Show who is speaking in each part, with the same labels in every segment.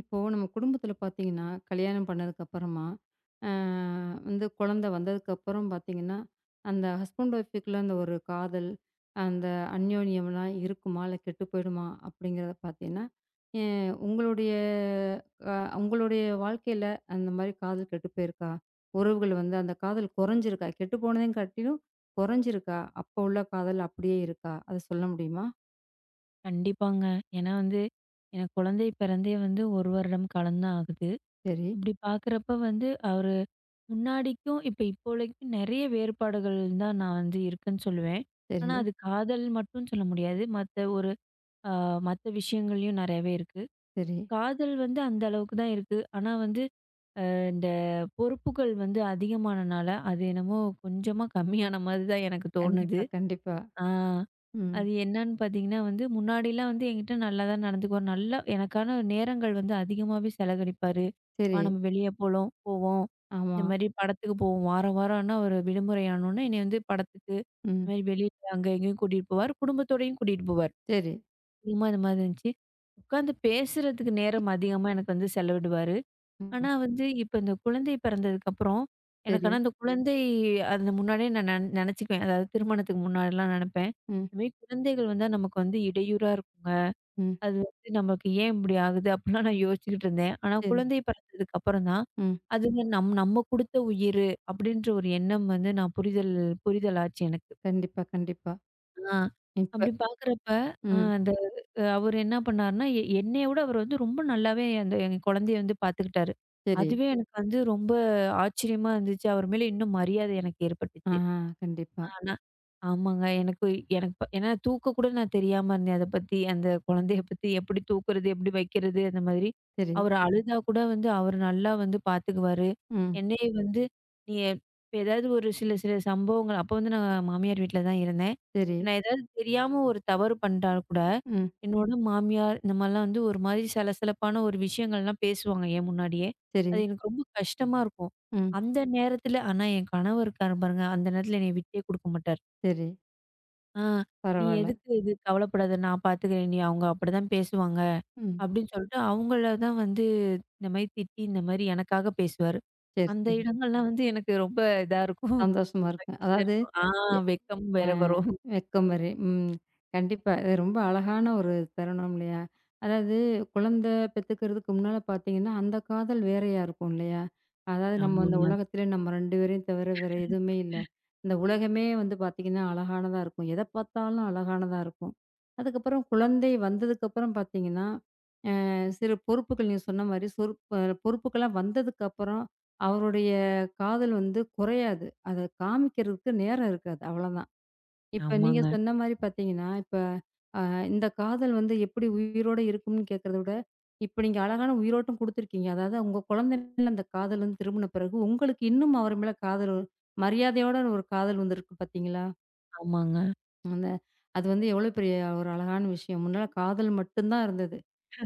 Speaker 1: இப்போ நம்ம குடும்பத்துல பார்த்தீங்கன்னா, கல்யாணம் பண்ணதுக்கு அப்புறமா, அ வந்து குழந்தை வந்ததுக்கப்புறம் பார்த்தீங்கன்னா, அந்த ஹஸ்பண்ட் ஒய்ஃப்க்குள்ள அந்த ஒரு காதல், அந்த அந்யோன்யம்லாம் இருக்குமா? இல்ல கெட்டு போயிடுமா? அப்படிங்கிறத பார்த்தீங்கன்னா, எ உங்களுடைய அ உங்களுடைய வாழ்க்கையில அந்த மாரி காதல் கெட்டு போயிருக்கா? உறவுகள் வந்து அந்த காதல் குறைஞ்சிருக்கா? கெட்டு போனதையும் காட்டிலும் குறைஞ்சிருக்கா? அப்போ உள்ள காதல் அப்படியே இருக்கா? அத சொல்ல முடியுமா?
Speaker 2: கண்டிப்பாங்க. ஏன்னா வந்து, எனக்கு குழந்தை பிறந்தே வந்து 1 வருடம் காலம் தான் ஆகுது.
Speaker 1: சரி,
Speaker 2: அப்படி பார்க்குறப்ப அவரு முன்னாடிக்கும், இப்போலைக்கும் நெறைய வேறுபாடுகள் தான் நான் இருக்குன்னு சொல்லுவேன். ஆனா
Speaker 1: சரி,
Speaker 2: அது காதல் மட்டும் சொல்ல முடியாது. மத்த ஒரு அ மத்த விஷயங்கள்லயும் நெறையவே இருக்கு.
Speaker 1: சரி.
Speaker 2: காதல் அந்த அளவுக்கு தான் இருக்கு. ஆனா இந்த பொறுப்புகள் அதிகமானனால, அது என்னமோ கொஞ்சமா கம்மியான மாரி தான் எனக்கு தோணுது.
Speaker 1: கண்டிப்பா, கண்டிப்பா.
Speaker 2: ஆ.
Speaker 1: ம்.
Speaker 2: அது என்னன்னு பார்த்தீங்கன்னா, முன்னாடிலாம் என்கிட்ட நல்லா தான் நடந்துக்குவாரு. நல்லா எனக்கான நேரங்கள் அதிகமாவே செலவழிப்பாரு. "வா
Speaker 1: சரி.
Speaker 2: நம்ம வெளிய போலாம் போவோம்.
Speaker 1: ஆமா.
Speaker 2: இந்த மாரி படத்துக்கு போவோம்." வாரம் வாரம்னா ஒரு விடுமுறை ஆனோனே என்னைய படத்துக்கு, இந்த
Speaker 1: ம்.
Speaker 2: மாரி வெளியில அங்க இங்கேயும் கூட்டிட்டு போவாரு. குடும்பத்தோடயும் கூட்டிட்டு போவாரு.
Speaker 1: சரி.
Speaker 2: அதிகமா இந்த மாதிரி இருந்துச்சு. உட்காந்து பேசுறதுக்கு நேரம் அதிகமா எனக்கு செலவிடுவாரு.
Speaker 1: ம்.
Speaker 2: இப்ப இந்த குழந்தை பிறந்ததுக்கப்புறம், எனக்கு
Speaker 1: சரி.
Speaker 2: ஆனா அந்த குழந்தை அது முன்னாடியே நான் நெனச்சுக்குவேன். அதாவது திருமணத்துக்கு முன்னாடிலாம் நெனப்பேன்.
Speaker 1: ம்.
Speaker 2: இந்த மாரி குழந்தைகள் வந்தா நமக்கு வந்து இடையூறா இருக்குங்க.
Speaker 1: ம்.
Speaker 2: அது நமக்கு ஏன் இப்படி ஆகுது? அப்படிலாம் நான் யோசிச்சுக்கிட்டு இருந்தேன். ஆனா
Speaker 1: சரி.
Speaker 2: குழந்தை பிறந்ததுக்கு அப்புறம் தான்,
Speaker 1: ம்.
Speaker 2: அதுங்க நம்ம குடுத்த உயிரு அப்படின்ற ஒரு எண்ணம் வந்து நான் புரிதல் புரிதல் ஆச்சு எனக்கு.
Speaker 1: கண்டிப்பா, கண்டிப்பா.
Speaker 2: ஆ.
Speaker 1: இப்ப
Speaker 2: அப்படி பார்க்குறப்ப, அ
Speaker 1: ம்.
Speaker 2: அந்த அவரு என்ன பண்ணாருன்னா, என்னைய விட அவரு ரொம்ப நல்லாவே அந்த என் குழந்தைய பார்த்துக்கிட்டாரு.
Speaker 1: சரி.
Speaker 2: அதுவே எனக்கு ரொம்ப ஆச்சரியமா இருந்துச்சு. அவர் மேல இன்னும் மரியாதை எனக்கு
Speaker 1: ஆ,
Speaker 2: ஏற்பட்டுச்சு.
Speaker 1: கண்டிப்பா.
Speaker 2: ஆனா ஆமாங்க. எனக்கு எனக்கு ப- ஏன்னா தூக்கக் கூட நான் தெரியாம இருந்தேன். அத பத்தி, அந்த குழந்தைய பத்தி எப்படி தூக்குறது, எப்படி வைக்கிறது அந்த மாதிரி.
Speaker 1: சரி.
Speaker 2: அவரு அழுதா கூட வந்து அவரு நல்லா பாத்துக்குவாரு.
Speaker 1: ம்.
Speaker 2: என்னைய வந்து நீ எப்- இப்ப ஏதாவது ஒரு சில சில சம்பவங்கள் அப்ப நான் மாமியார் வீட்ல தான் இருந்தேன்.
Speaker 1: சரி.
Speaker 2: நான் ஏதாவது தெரியாம ஒரு தவறு பண்ணிட்டா கூட,
Speaker 1: ம்.
Speaker 2: என்னோட மாமியார் இந்த மாரிலாம் வந்து ஒரு மாதிரி சலசலப்பான ஒரு விஷயங்கள்லாம் பேசுவாங்க என் முன்னாடியே.
Speaker 1: சரி.
Speaker 2: அது எனக்கு ரொம்ப கஷ்டமா இருக்கும்.
Speaker 1: ம்.
Speaker 2: அந்த நேரத்துல ஆனா என் கணவர் இருக்காரு பாருங்க, அந்த நேரத்துல என்னைய விட்டே குடுக்க மாட்டாரு.
Speaker 1: சரி.
Speaker 2: ஆ "நீ
Speaker 1: பரவால்ல.
Speaker 2: எதுக்கு இது கவலைப்படாத, நான் பாத்துக்கிறேன் நீ அவங்க அப்படிதான் பேசுவாங்க."
Speaker 1: ம்.
Speaker 2: அப்படின்னு சொல்லிட்டு அவங்கள தான் இந்த மாரி திட்டி, இந்த மாரி எனக்காக பேசுவாரு.
Speaker 1: சரி,
Speaker 2: அந்த
Speaker 1: சரி.
Speaker 2: இடங்கள்லாம் வந்து எனக்கு ரொம்ப இதா இருக்கும்.
Speaker 1: சந்தோஷமா இருக்கு.
Speaker 2: மகிழ்ச்சியா
Speaker 1: அதாவது
Speaker 2: இருக்கும். ஆ வெட்கம்
Speaker 1: ஆ
Speaker 2: வேற வரும்.
Speaker 1: வெக்கம் வரை. ம். கண்டிப்பா. இது ரொம்ப அழகான ஒரு தருணம் இல்லையா? அதாவது குழந்தை பெத்துக்கிறதுக்கு முன்னால பார்த்தீங்கன்னா, அந்த காதல் வேறையா இருக்கும் இல்லையா? அதாவது நம்ம இந்த
Speaker 2: ஆமாங்க,
Speaker 1: உலகத்திலே நம்ம 2 பேரையும் தவிர வேற எதுவுமே இல்ல. இந்த உலகமே வந்து பார்த்தீங்கன்னா, அழகானதா இருக்கும். எத பார்த்தாலும் அழகானதா இருக்கும். அதுக்கப்புறம் குழந்தை வந்ததுக்கப்புறம் பார்த்தீங்கன்னா, சிறு பொறுப்புகள் நீங்க சொன்ன மாரி சொறுப் அ பொறுப்புகள்லாம் வந்ததுக்கப்புறம் அவருடைய காதல் வந்து குறையாது. அத காமிக்கிறதுக்கு நேரம் இருக்காது. அவ்வளதான். இப்ப நீங்க
Speaker 2: ஆமாங்க,
Speaker 1: சொன்ன மாரி பார்த்தீங்கன்னா, இப்ப அ இந்த காதல் வந்து எப்படி உயிரோட இருக்கும்னு கேட்கிறத விட, இப்ப நீங்க அழகான உயிரோட்டம் குடுத்துருக்கீங்க. அதாவது உங்க குழந்தை மேல அந்த காதல் வந்து திரும்பின பிறகு, உங்களுக்கு இன்னும் அவர் மேல காதல் மரியாதையோட ஒரு காதல் வந்திருக்கு பார்த்தீங்களா?
Speaker 2: ஆமாங்க,
Speaker 1: அந்த அது வந்து எவ்வளோ பெரிய ஒரு அழகான விஷயம். முன்னால காதல் மட்டும் தான் இருந்தது.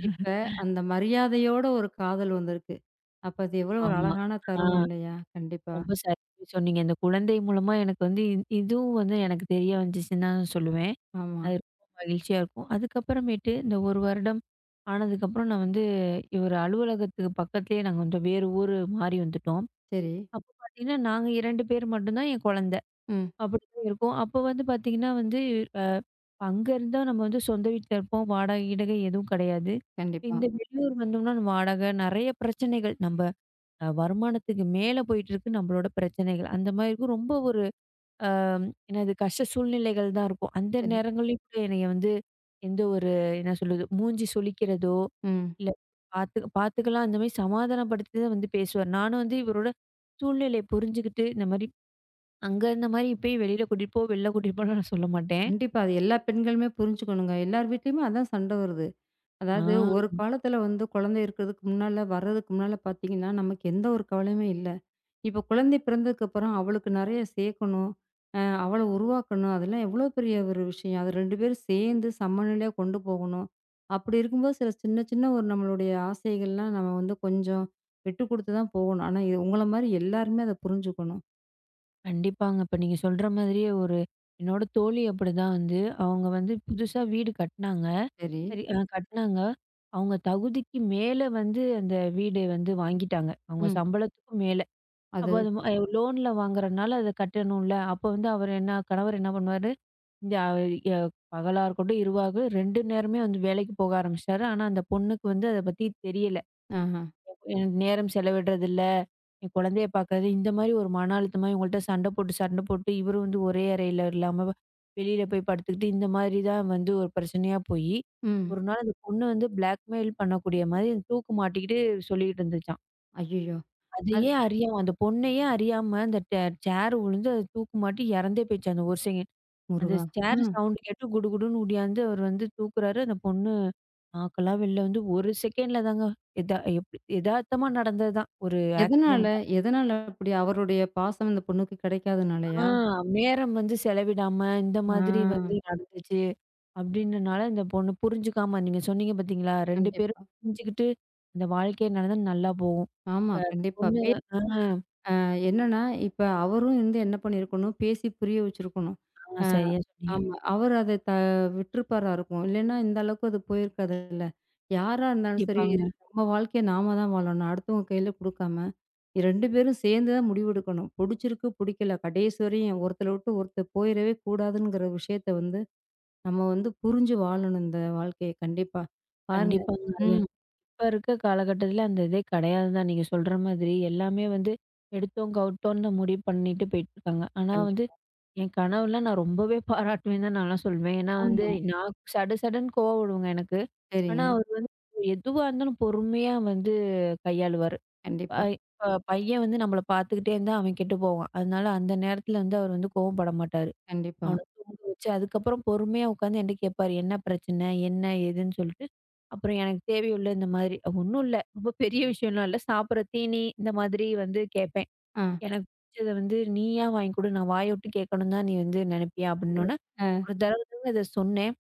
Speaker 1: இப்ப அந்த மரியாதையோட ஒரு காதல் வந்திருக்கு. அப்ப அது எவ்வளோ ஒரு
Speaker 2: ஆமா.
Speaker 1: அழகான
Speaker 2: ஆ
Speaker 1: தருணம் இல்லையா? கண்டிப்பா.
Speaker 2: ரொம்ப சரியா சொன்னீங்க. இந்த குழந்தை மூலமா எனக்கு வந்து இ இதுவும் எனக்கு தெரிய வந்துச்சுன்னு தான் சொல்லுவேன்.
Speaker 1: ஆமா.
Speaker 2: அது ரொம்ப மகிழ்ச்சியா இருக்கும். அதுக்கப்புறமேட்டு இந்த 1 வருடம் ஆனதுக்கப்புறம் நான் வந்து ஒரு அலுவலகத்துக்கு பக்கத்துலேயே நாங்க வேறு ஊரு மாறி வந்துட்டோம்.
Speaker 1: சரி.
Speaker 2: அப்போ பார்த்தீங்கன்னா, நாங்க 2 பேர் மட்டும் தான் என் குழந்தை.
Speaker 1: ம்.
Speaker 2: அப்படிதான் இருக்கும். அப்போ வந்து பார்த்தீங்கன்னா வந்து அ அங்க இருந்தா நம்ம சொந்த வீட்ல இருப்போம். வாடகை, கீடகை எதுவும் கிடையாது.
Speaker 1: கண்டிப்பா.
Speaker 2: இந்த வெளியூர் வந்தோம்னா நம்ம வாடகை நெறைய பிரச்சனைகள். நம்ப அ வருமானத்துக்கு மேல போயிட்டு இருக்கு நம்மளோட பிரச்சனைகள். அந்த மாதிரி இருக்கும். ரொம்ப ஒரு அ ஏன்னா இது கஷ்ட சூழ்நிலைகள் தான் இருக்கும். அந்த
Speaker 1: சரி.
Speaker 2: நேரங்கள்லயும் கூட என்னைய எந்த ஒரு என்ன சொல்றது, மூஞ்சி சுளிக்கிறதோ,
Speaker 1: ம்.
Speaker 2: இல்ல "பாத்து பாத்துக்கலாம்" அந்த மாரி சமாதானப்படுத்தி தான் பேசுவாரு. நானும் இவரோட சூழ்நிலைய புரிஞ்சுகிட்டு, இந்த மாரி "அங்க இருந்த மாரி இப்பயும் வெளியில கூட்டிட்டு போ, வெளில கூட்டிட்டு போன்னு" நான் சொல்ல மாட்டேன்.
Speaker 1: கண்டிப்பா. அது எல்லா பெண்களுமே புரிஞ்சுக்கணுங்க. எல்லார் வீட்லயுமே அதான் சண்டை வருது.
Speaker 2: ஆ.
Speaker 1: அதாவது ஒரு காலத்துல வந்து குழந்தை இருக்கிறதுக்கு முன்னால, வர்றதுக்கு முன்னால பார்த்தீங்கன்னா, நமக்கு எந்த ஒரு கவலையுமே இல்ல. இப்ப குழந்தை பிறந்ததுக்கப்புறம் அவளுக்கு நெறைய சேர்க்கணும். அவள உருவாக்கணும். அதெல்லாம் எவ்வளோ பெரிய ஒரு விஷயம். அது 2 பேரும் சேர்ந்து சமநிலையா கொண்டு போகணும். அப்படி இருக்கும்போது சில சின்ன சின்ன ஒரு நம்மளுடைய ஆசைகள்லாம் நம்ம வந்து கொஞ்சம் விட்டு குடுத்து தான் போகணும். ஆனா இது உங்கள மாரி எல்லாருமே அத புரிஞ்சுக்கணும்.
Speaker 2: கண்டிப்பாங்க. இப்ப நீங்க சொல்ற மாதிரியே என்னோட தோழி அப்படிதான். அவங்க புதுசா வீடு கட்டுனாங்க.
Speaker 1: சரி.
Speaker 2: சரி. கட்டுனாங்க. அவங்க தகுதிக்கு மேல வந்து அந்த வீடு வந்து வாங்கிட்டாங்க. அவங்க
Speaker 1: ம்.
Speaker 2: சம்பளத்துக்கும் மேல. அப்ப
Speaker 1: அது
Speaker 2: அது ம லோன்ல வாங்குறனால அத கட்டணும்ல. அப்ப அவர் என்ன கணவர் என்ன பண்ணுவாரு, இந்த எ பகலா இருக்கட்டும், இரவா இருக்கட்டும் 2 நேரமே வேலைக்கு போக ஆரம்பிச்சுட்டாரு. ஆனா அந்த பொண்ணுக்கு வந்து அத பத்தி தெரியல.
Speaker 1: ஆஹ.
Speaker 2: எனக்கு நேரம் செலவிடுறதில்ல, என் குழந்தைய பார்க்கறது, இந்த மாரி ஒரு மன அழுத்தமா இவங்கள்ட்ட சண்டை போட்டு இவரும் ஒரே அறையில இல்லாம வெளியில போய் படுத்துக்கிட்டு, இந்த மாரி தான் ஒரு பிரச்சனையா போயி,
Speaker 1: ம்.
Speaker 2: ஒரு நாள் அந்த பொண்ணு பிளாக்மெயில் பண்ணக்கூடிய மாரி தூக்கு மாட்டிக்கிட்டு சொல்லிக்கிட்டு இருந்துச்சாம்.
Speaker 1: ஐயய்யோ!
Speaker 2: அதையே அறியாம அந்த பொண்ணையே அறியாம அந்த டே சேர் விழுந்து அது தூக்கு மாட்டி இறந்தே போயிடுச்சாம் அந்த ஒரு செகண்ட். அந்த
Speaker 1: முருகா!
Speaker 2: ஸ்டேர்
Speaker 1: ஆ.
Speaker 2: சவுண்ட் கேட்டு குடுகுடுன்னு ஓடியாந்து அவர் தூக்குறாரு. அந்த பொண்ணு நாக்கெல்லாம் வெளில வந்து 1 செகண்ட்ல தாங்க எப்டி எதார்த்தமா நடந்தது தான். ஒரு
Speaker 1: எதனால?
Speaker 2: ஆக்சிடென்ட்டா.
Speaker 1: எதனால அப்படி? அவருடைய பாசம் இந்த பொண்ணுக்கு
Speaker 2: ஆ
Speaker 1: கிடைக்காதனாலயா?
Speaker 2: நேரம் செலவிடாம இந்த
Speaker 1: ஆ.
Speaker 2: மாதிரி நடந்துச்சு. அப்டின்றனால இந்த பொண்ணு புரிஞ்சுக்காம நீங்க சொன்னீங்க பார்த்தீங்களா? 2 பேரும்
Speaker 1: கண்டிப்பா.
Speaker 2: புரிஞ்சுக்கிட்டு இந்த வாழ்க்கைய நடந்தா நல்லா போகும்.
Speaker 1: ஆமா,
Speaker 2: இப்ப அந்த
Speaker 1: கண்டிப்பா.
Speaker 2: பொண்ணு
Speaker 1: பே
Speaker 2: ஆ,
Speaker 1: அ என்னன்னா, இப்ப அவரும் வந்து என்ன பண்ணியிருக்கணும், பேசி புரிய வச்சிருக்கணும்.
Speaker 2: ஆ
Speaker 1: அ
Speaker 2: சரியா சொன்னீங்க.
Speaker 1: ஆமா. அவர் அத விட்டுருப்பாரா இருக்கும். இல்லைன்னா, இந்த அளவுக்கு அது போயிருக்காதுல்ல. யாரா இருந்தாலும் சரி,
Speaker 2: கண்டிப்பாங்க,
Speaker 1: நம்ம வாழ்க்கைய நாம தான் வாழணும். அடுத்தவங்க கையில குடுக்காம, 2 பேரும் சேர்ந்து தான் முடிவெடுக்கணும். புடிச்சிருக்கு, புடிக்கல. கடைசி வரையும் ஒருத்தர விட்டு ஒருத்தர் போயிறவே கூடாதுங்கிற விஷயத்த வந்து நம்ம வந்து புரிஞ்சு வாழணும் இந்த வாழ்க்கைய கண்டிப்பா. பாருங்க
Speaker 2: கண்டிப்பாங்க.
Speaker 1: ம்.
Speaker 2: இப்ப இருக்க காலகட்டத்துல அந்த இதே கிடையாது தான். நீங்க சொல்ற மாதிரி. எல்லாமே எடுத்தோம், கவுட்டோம்ன்னு முடிவு பண்ணிட்டு போயிட்டுருக்காங்க.
Speaker 1: கண்டிப்பா.
Speaker 2: என் கணவர்லாம் நான் ரொம்பவே பாராட்டுவேன்னு தான் நான்லாம் சொல்வேன். ஏன்னா வந்து
Speaker 1: ஆமா.
Speaker 2: நான் சடு சடுன்னு கோவப்படுவேங்க எனக்கு. ஆனா
Speaker 1: சரிங்க.
Speaker 2: அவரு வந்து எதுவா இருந்தாலும் பொறுமையா கையாளுவாரு.
Speaker 1: கண்டிப்பா,
Speaker 2: இப்ப பையன் நம்மள பார்த்துக்கிட்டே இருந்தா அவன் கெட்டு போவான். அதனால அந்த நேரத்துல அவர் வந்து கோவப்பட மாட்டாரு.
Speaker 1: கண்டிப்பா.
Speaker 2: அவன தூங்க வச்சு, அதுக்கப்புறம் பொறுமையா உட்காந்து என்ட்ட கேட்பாரு. என்ன பிரச்சனை? என்ன? ஏதுன்னு சொல்லிட்டு. அப்புறம் எனக்கு தேவையுள்ள இந்த மாதிரி ஒண்ணும் இல்ல. ரொம்ப பெரிய விஷயம்லாம் இல்ல. சாப்பிடுற தீனி இந்த மாதிரி கேட்பேன்.
Speaker 1: ஆ.
Speaker 2: எனக்கு பிடிச்சத நீயா வாங்கி குடு. நான் வாய விட்டு கேட்கணும் தான் நீ நினைப்பியா?
Speaker 1: அது
Speaker 2: அப்படின்னோனே,
Speaker 1: அ
Speaker 2: ஒரு தடவ தாங்க இத சொன்னேன்.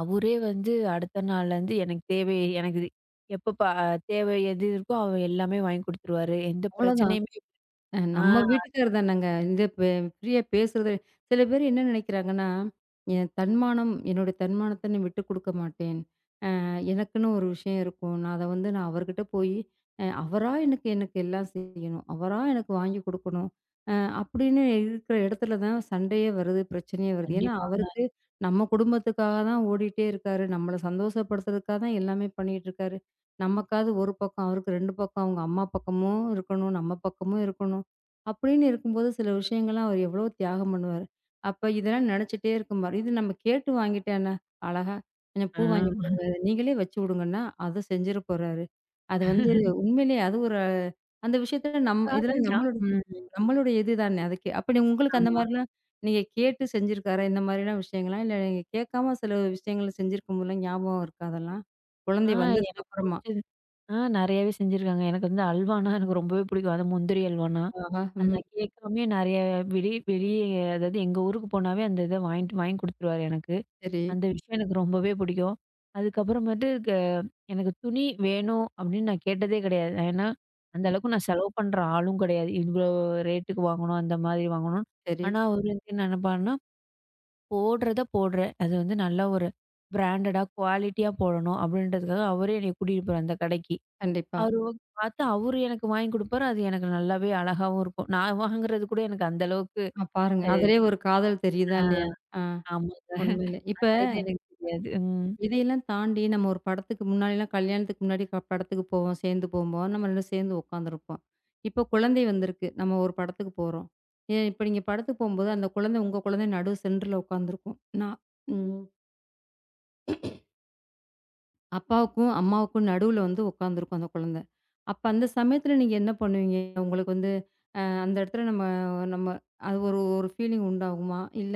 Speaker 2: அவரே அடுத்த நாள்லேருந்து எனக்கு தேவை எனக்கு இது எப்ப ப தேவை எது இருக்கோ அவ எல்லாமே வாங்கி குடுத்துருவாரு. எந்த
Speaker 1: அவ்வளோதான்.
Speaker 2: பிரச்சனையுமே ஆ
Speaker 1: நம்ம வீட்டுக்காரர் தானங்க. இந்த பே ஃப்ரீயா பேசுறது சில பேர் என்ன நினைக்கிறாங்கன்னா, என் தன்மானம் என்னுடைய தன்மானத்த நான் விட்டுக் குடுக்க மாட்டேன். எனக்குன்னு ஒரு விஷயம் இருக்கும். நான் அத வந்து நான் அவர்கிட்ட போயி, அவரா எனக்கு எனக்கு எல்லாம் செய்யணும். அவரா எனக்கு வாங்கி குடுக்கணும். அ அப்படின்னு இருக்கிற இடத்துல தான் சண்டையே வருது, பிரச்சனையே வருது. ஏன்னா,
Speaker 2: கண்டிப்பாங்க.
Speaker 1: அவருக்கு நம்ம குடும்பத்துக்காக தான் ஓடிட்டே இருக்காரு. நம்மள சந்தோஷப்படுத்துறதுக்காக தான் எல்லாமே பண்ணிட்டுருக்காரு. நமக்காவது ஒரு பக்கம், அவருக்கு 2 பக்கம். அவங்க அம்மா பக்கமும் இருக்கணும், நம்ம பக்கமும் இருக்கணும். அப்படின்னு இருக்கும்போது சில விஷயங்கள்லாம் அவர் எவ்வளோ தியாகம் பண்ணுவாரு. அப்ப இதெல்லாம் நினைச்சிட்டே இருக்கும்பாரு. இது நம்ம கேட்டு வாங்கிட்டா என்ன? அழகா கொஞ்சம் பூ வாங்கி
Speaker 2: ஆ.
Speaker 1: அத நீங்களே வச்சு விடுங்கன்னா, அத செஞ்சிற போறாரு. அது வந்து உண்மையிலேயே அது ஒரு அந்த விஷயத்துல இதுல
Speaker 2: ம்.
Speaker 1: நம்மளுடைய இது தானே. அதுக்கு அப்படி உங்களுக்கு அந்த
Speaker 2: ஆமா.
Speaker 1: மாரிலாம் நீங்க கேட்டு செஞ்சிருக்காரா? இந்த மாரிலாம் விஷயங்கள்லாம்? இல்ல நீங்க கேட்காம சில விஷயங்கள் செஞ்சிருக்கும் போதெல்லாம் ஞாபகம் இருக்கா அதெல்லாம்?
Speaker 2: ஆ
Speaker 1: குழந்தை வந்ததுக்கு
Speaker 2: எனக்கு
Speaker 1: அப்புறமா?
Speaker 2: புடிச்ச ஆ நெறையாவே செஞ்சிருக்காங்க. எனக்கு அல்வானா எனக்கு ரொம்பவே பிடிக்கும். அதுவும் முந்திரி அல்வானா.
Speaker 1: ஆஹா! ம்.
Speaker 2: அந்த கேட்காமயே நெறைய வெளிய வெளிய அதாவது எங்க ஊருக்கு போனாவே அந்த இத வாங்கி குடுத்துருவாரு எனக்கு.
Speaker 1: சரி.
Speaker 2: அந்த விஷயம் எனக்கு ரொம்பவே பிடிக்கும். அதுக்கப்புறமேட்டு எனக்கு துணி வேணும் அப்படின்னு நான் கேட்டதே கிடையாது. ஏன்னா, அந்த
Speaker 1: ம்.
Speaker 2: அளவுக்கு நான் செலவு பண்ற ஆளும் கிடையாது. இவ்ளோ ரேட்டுக்கு வாங்கணும், அந்த மாதிரி வாங்கணும்.
Speaker 1: சரி.
Speaker 2: ஆனா, அவரு என்ன நெனப்பாருன்னா, போடுறத போடுறேன். அது நல்லா ஒரு பிராண்டடா, குவாலிட்டியா போடணும் அப்படின்றதுக்காக அவரே என்னைய கூட்டிட்டு போறாரு அந்த கடைக்கு.
Speaker 1: கண்டிப்பா.
Speaker 2: அவரு ஓ பார்த்து அவரு எனக்கு வாங்கி குடுப்பாரு. அது எனக்கு நல்லாவே அழகாவும் இருக்கும். நான் வாங்குறது கூட எனக்கு அந்த அளவுக்கு
Speaker 1: ஆ பாருங்க.
Speaker 2: அ
Speaker 1: அதிலயே ஒரு காதல் தெரியுதா
Speaker 2: ஆ
Speaker 1: இல்லையா? ஆ
Speaker 2: ஆமாங்க.
Speaker 1: உண்மையிலே. இப்ப
Speaker 2: அது எனக்கு தெரியாது. ம்.
Speaker 1: இதையெல்லாம் தாண்டி நம்ம ஒரு படத்துக்கு முன்னாடிலாம் கல்யாணத்துக்கு முன்னாடி படத்துக்கு போவோம். சேர்ந்து போம்போது, நம்ம 2 சேர்ந்து உட்காந்துருப்போம். இப்போ குழந்தை வந்திருக்கு. நம்ம ஒரு படத்துக்கு போறோம். ஏ இப்ப நீங்க படத்துக்கு போம்போது, அந்த குழந்தை உங்க குழந்தை நடு சென்டர்ல உட்காந்துருக்கும். நான் ம் அப்பாவுக்கும், அம்மாவுக்கும் நடுவுல வந்து உட்காந்துருக்கும் அந்த குழந்தை. அப்ப அந்த சமயத்துல நீங்க என்ன பண்ணுவீங்க? உங்களுக்கு வந்து அந்த இடத்துல நம்ம நம்ம அது ஒரு ஒரு ஃபீலிங் உண்டாகுமா? இல்ல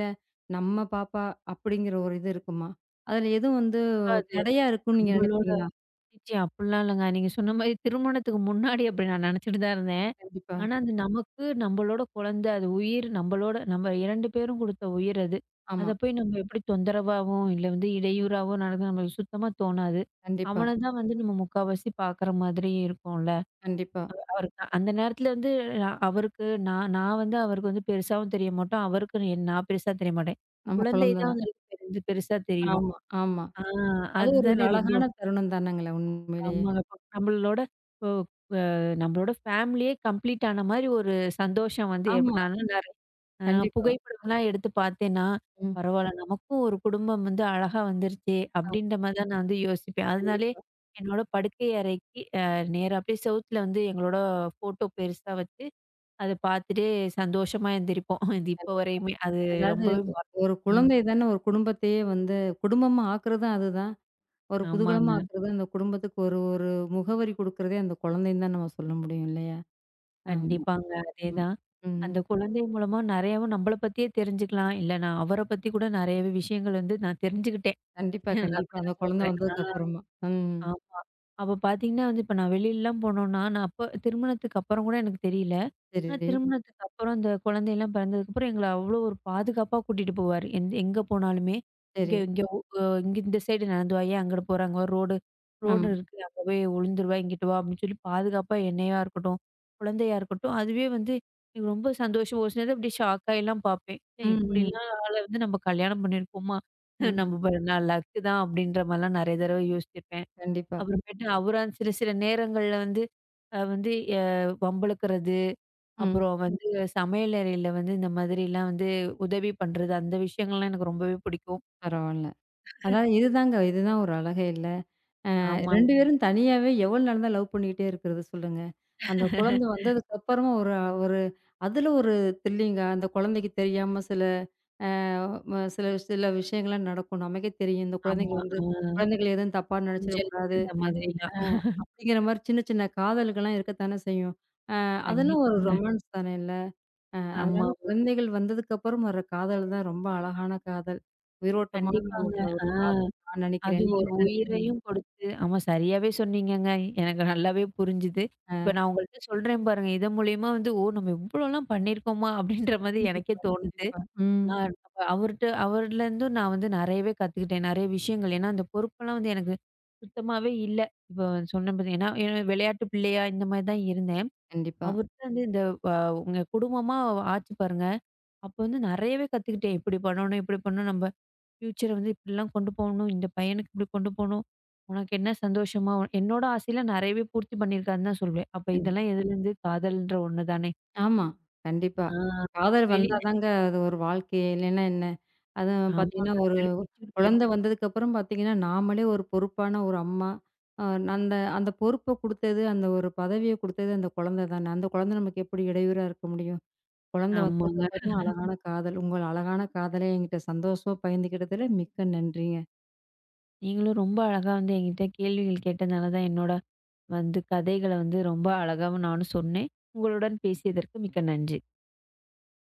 Speaker 1: நம்ம பாப்பா அப்படிங்கிற ஒரு இது இருக்குமா? அதுல எதுவும் வந்து
Speaker 2: இப்ப அது
Speaker 1: தடையா இருக்குன்னு நீங்க
Speaker 2: நம்மளோட
Speaker 1: நினைப்பீங்களா?
Speaker 2: ச்சீ அப்டிலாம் இல்லங்க. நீங்க சொன்ன மாரி திருமணத்துக்கு முன்னாடி அப்டி நான் நெனச்சுட்டு தான் இருந்தேன்.
Speaker 1: கண்டிப்பா.
Speaker 2: ஆனா அது நமக்கு நம்மளோட குழந்தை, அது உயிர் நம்மளோட நம்ம 2 பேரும் குடுத்த உயிர் அது.
Speaker 1: ஆமா.
Speaker 2: அத போய் நம்ம எப்டி தொந்தரவாவும், இல்ல இடையூறாவோ நடந்து நம்மளுக்கு சுத்தமா தோணாது.
Speaker 1: கண்டிப்பா,
Speaker 2: அவன தான் நம்ம முக்காவாசி பார்க்குற மாதிரி இருக்கும்ல.
Speaker 1: கண்டிப்பா.
Speaker 2: அவரு அந்த நேரத்துல வந்து நான் அவருக்கு நான் நான் வந்து அவருக்கு பெருசாவும் தெரிய மாட்டோம். அவருக்கு நான் பெருசா தெரிய மாட்டேன்.
Speaker 1: நம்ம
Speaker 2: குழந்தை
Speaker 1: குழந்தை
Speaker 2: தான்
Speaker 1: தான்.
Speaker 2: வந்து எனக்கு பெருசா தெரியும்.
Speaker 1: ஆமா, ஆமா.
Speaker 2: ஆ
Speaker 1: அது ஒரு
Speaker 2: அதுதானே ரொம்ப
Speaker 1: அழகான தருணம் தானங்களே உண்மையிலேயே.
Speaker 2: ஆமாங்க. இப்போ நம்மளோட ஃபேமிலியே கம்ப்ளீட் ஆன மாரி ஒரு சந்தோஷம் ஏற்படும்.
Speaker 1: ஆமா.
Speaker 2: நான்லாம் நெ அ
Speaker 1: கண்டிப்பா.
Speaker 2: புகைப்படம்லாம் எடுத்து பார்த்தேன்னா,
Speaker 1: ம்.
Speaker 2: பரவால்ல நமக்கும் ஒரு குடும்பம் அழகா வந்துருச்சே!
Speaker 1: ஆமா.
Speaker 2: அப்படின்ற மாரி தான் நான் யோசிப்பேன். அதனாலே
Speaker 1: கண்டிப்பா,
Speaker 2: என்னோட படுக்கை அறைக்கு நேரா அப்படியே செவுத்துல எங்களோட ஃபோட்டோ பெருசா வச்சு அத பார்த்துட்டு சந்தோஷமா எந்திரிப்போம். இது இப்போ
Speaker 1: கண்டிப்பா.
Speaker 2: வரையுமே.
Speaker 1: அதாவது
Speaker 2: ரொம்பவே மற-
Speaker 1: ஒரு
Speaker 2: ம்.
Speaker 1: குழந்தை தானே ஒரு குடும்பத்தையே வந்து குடும்பமா ஆக்குறதும் அதுதான். ஒரு குதூகலமா
Speaker 2: ஆமாங்க.
Speaker 1: ஆக்குறது அந்த குடும்பத்துக்கு ஒரு ஒரு முகவரி குடுக்குறதே அந்த குழந்தைன்னு தான் நம்ம சொல்ல முடியும் இல்லையா? ஆமா.
Speaker 2: கண்டிப்பாங்க.
Speaker 1: ம்.
Speaker 2: அதேதான்.
Speaker 1: ம்.
Speaker 2: அந்த குழந்தை மூலமா நெறையாவும் நம்மள பத்தியே தெரிஞ்சுக்கலாம். இல்ல நான் அவர பத்தி கூட நெறையவே விஷயங்கள் நான் தெரிஞ்சுக்கிட்டேன்.
Speaker 1: கண்டிப்பா,
Speaker 2: நான்
Speaker 1: கண்டிப்பா. அந்த
Speaker 2: அப்படிதான் சொல்ல
Speaker 1: குழந்தை
Speaker 2: போறேன். ஆ
Speaker 1: வந்ததுக்கு அப்புறமா. ம்.
Speaker 2: ஆமா. அப்ப பார்த்தீங்கன்னா வந்து, இப்ப நான் வெளிலலாம் போனோம்னா, நான் அப்ப திருமணத்துக்கு அப்புறம் கூட எனக்கு தெரியல. ஆனா,
Speaker 1: சரி,
Speaker 2: திருமணத்துக்கு அப்புறம் அந்த குழந்தையெல்லாம் பிறந்ததுக்கப்புறம், எங்கள அவ்வளோ ஒரு பாதுகாப்பா கூட்டிட்டு போவாரு. எங்க போனாலுமே, இங்க
Speaker 1: சரி.
Speaker 2: இங்க ஒ இங்க இந்த சைடு நடந்து வாயே, அங்கிட்டு போற, அங்க ஒரு ரோடு ரோடு
Speaker 1: ஆமா.
Speaker 2: இருக்கு. அங்க போய் விழுந்துருவா, இங்கிட்டு வா அப்படின்னு சொல்லி பாதுகாப்பா என்னையா இருக்கட்டும், குழந்தையா இருக்கட்டும், அதுவே எனக்கு ரொம்ப சந்தோஷம். ஒரு சில நேரம் அப்படியே ஷாக் ஆயிலாம் பார்ப்பேன். ஏ
Speaker 1: ம், ம்,
Speaker 2: இப்படிலாம் ஆள நம்ம கல்யாணம் பண்ணியிருக்கோமா?
Speaker 1: ம்.
Speaker 2: நம்ம ப நான் லக்கு தான் அப்படின்ற மாரிலாம் நெறைய தடவ யோசிச்சிருப்பேன்.
Speaker 1: கண்டிப்பா.
Speaker 2: அப்புறமேட்டு அவரா சில சில நேரங்கள்ல வந்து அ வந்து எ வம்பிழுக்கிறது
Speaker 1: ம்.
Speaker 2: அப்புறம் சமையலறையில இந்த மாதிரிலாம் உதவி பண்றது, அந்த விஷயங்கள்லாம் எனக்கு ரொம்பவே பிடிக்கும்.
Speaker 1: பரவால்ல. அதாவது இதுதாங்க. இதுதான் ஒரு அழகே இல்ல. 2
Speaker 2: ஆமாங்க.
Speaker 1: பேரும் தனியாவே எவ்வளோ நாள் தான் லவ் பண்ணிக்கிட்டே இருக்கிறது சொல்லுங்க. அந்த குழந்தை வந்ததுக்கு அப்புறமா ஒரு ஒரு அதில ஒரு த்ரில்லிங்கா அந்த குழந்தைக்கு தெரியாம சில சில விஷயங்கள்லாம் நடக்கும். நமக்கே தெரியும். இந்த
Speaker 2: ஆமா.
Speaker 1: குழந்தைங்க
Speaker 2: ஆ
Speaker 1: வந்து குழந்தைகள எதுவும் தப்பா
Speaker 2: கொஞ்சல்ஸ்
Speaker 1: நினைச்சிடக்கூடாது.
Speaker 2: இந்த மாதிரிலாம்.
Speaker 1: அப்படிங்கிற மாரி சின்ன சின்ன காதல்கள்லாம் இருக்கத்தானே செய்யும். அ அதெல்லாம் ஒரு
Speaker 2: கண்டிப்பாங்க.
Speaker 1: ரொமான்ஸ் தானே இல்ல. அ
Speaker 2: ஆமா.
Speaker 1: அதனால
Speaker 2: ஆமா.
Speaker 1: குழந்தைகள் வந்ததுக்கு அப்புறம் வர காதல் தான் ரொம்ப அழகான காதல். உயிரோட்டமான
Speaker 2: கண்டிப்பாங்க.
Speaker 1: உள்ள ஒரு
Speaker 2: ஆ
Speaker 1: காதல் நான்
Speaker 2: அது
Speaker 1: நினைக்கிறேன். நீங்க
Speaker 2: ஒரு
Speaker 1: என்ன நினைக்கிறீங்க?
Speaker 2: உயிரையும் கொடுத்து ஆமா சரியாவே சொன்னீங்கங்க. எனக்கு நல்லாவே புரிஞ்சுது. இப்ப நான் உங்கள்ட்ட சொல்றேன் பாருங்க. இதன் மூலியமா "ஓ! நம்ம இவ்ளோலாம் பண்ணியிருக்கோமா?" அப்படின்ற மாதிரி எனக்கே
Speaker 1: கண்டிப்பா,
Speaker 2: தோணுது.
Speaker 1: கண்டிப்பா. ம்.
Speaker 2: ஆ அவ- அவர்ட்ட அவர்லேருந்து நான் நெறையவே கத்துக்கிட்டேன். நெறைய விஷயங்கள். ஏன்னா, அந்த பொறுப்பெல்லாம் எனக்கு சுத்தமாவே இல்ல. இப்போ சொன்னேன் பாத்தீங்கன்னா, ஏன்னா ஏன்னா விளையாட்டு பிள்ளையா இந்த மாரி தான் இருந்தேன்.
Speaker 1: கண்டிப்பா.
Speaker 2: அவர்ட்ட வந்து இந்த அ உங்க குடும்பமா ஆச்சு பாருங்க. அப்போ நெறையவே கத்துக்கிட்டேன். இப்படி பண்ணணும். நம்ம ஃபியூச்சர இப்படிலாம் கொண்டு போகணும். இந்த பையனுக்கு இப்படி கொண்டு போணும். உனக்கு என்ன என்னோட ஆசையெல்லாம் நெறையவே பூர்த்தி பண்ணியிருக்காருன்னு தான் சொல்வேன். அப்ப
Speaker 1: கண்டிப்
Speaker 2: இதெல்லாம் எதுலேருந்து காதல்ன்ற ஒண்ணு தானே.
Speaker 1: ஆமா. கண்டிப்பா.
Speaker 2: ஆ
Speaker 1: காதல்
Speaker 2: வெளி
Speaker 1: வந்தா தாங்க அது ஒரு வாழ்க்கையே! இல்லைன்னா என்ன? அதுவும் பார்த்தீங்கன்னா,
Speaker 2: ஆமாங்க.
Speaker 1: ஒரு
Speaker 2: பிச்சுக்கிட்டு
Speaker 1: குழந்த
Speaker 2: போயிரும்.
Speaker 1: வந்ததுக்கப்புறம் பார்த்தீங்கன்னா, நாமளே ஒரு பொறுப்பான ஒரு அம்மா. அ அந்த அந்த பொறுப்ப குடுத்தது, அந்த ஒரு பதவிய குடுத்தது அந்த குழந்தை தானே! அந்த குழந்தை நமக்கு எப்படி இடையூறா இருக்க முடியும்? குழந்தை
Speaker 2: ஆமாங்க.
Speaker 1: வந்ததுக்கப்புறம் தான் அழகான காதல். உங்கள் அழகான காதலை என்கிட்ட சந்தோஷமா பகிர்ந்துக்கிட்டதுல மிக்க நன்றிங்க.
Speaker 2: நீங்களும் ரொம்ப அழகா என்கிட்ட கேள்விகள் கேட்டனால தான் என்னோட கதைகள ரொம்ப அழகாவும் நானும் சொன்னேன். உங்களுடன் பேசியதற்கு மிக்க நன்றி.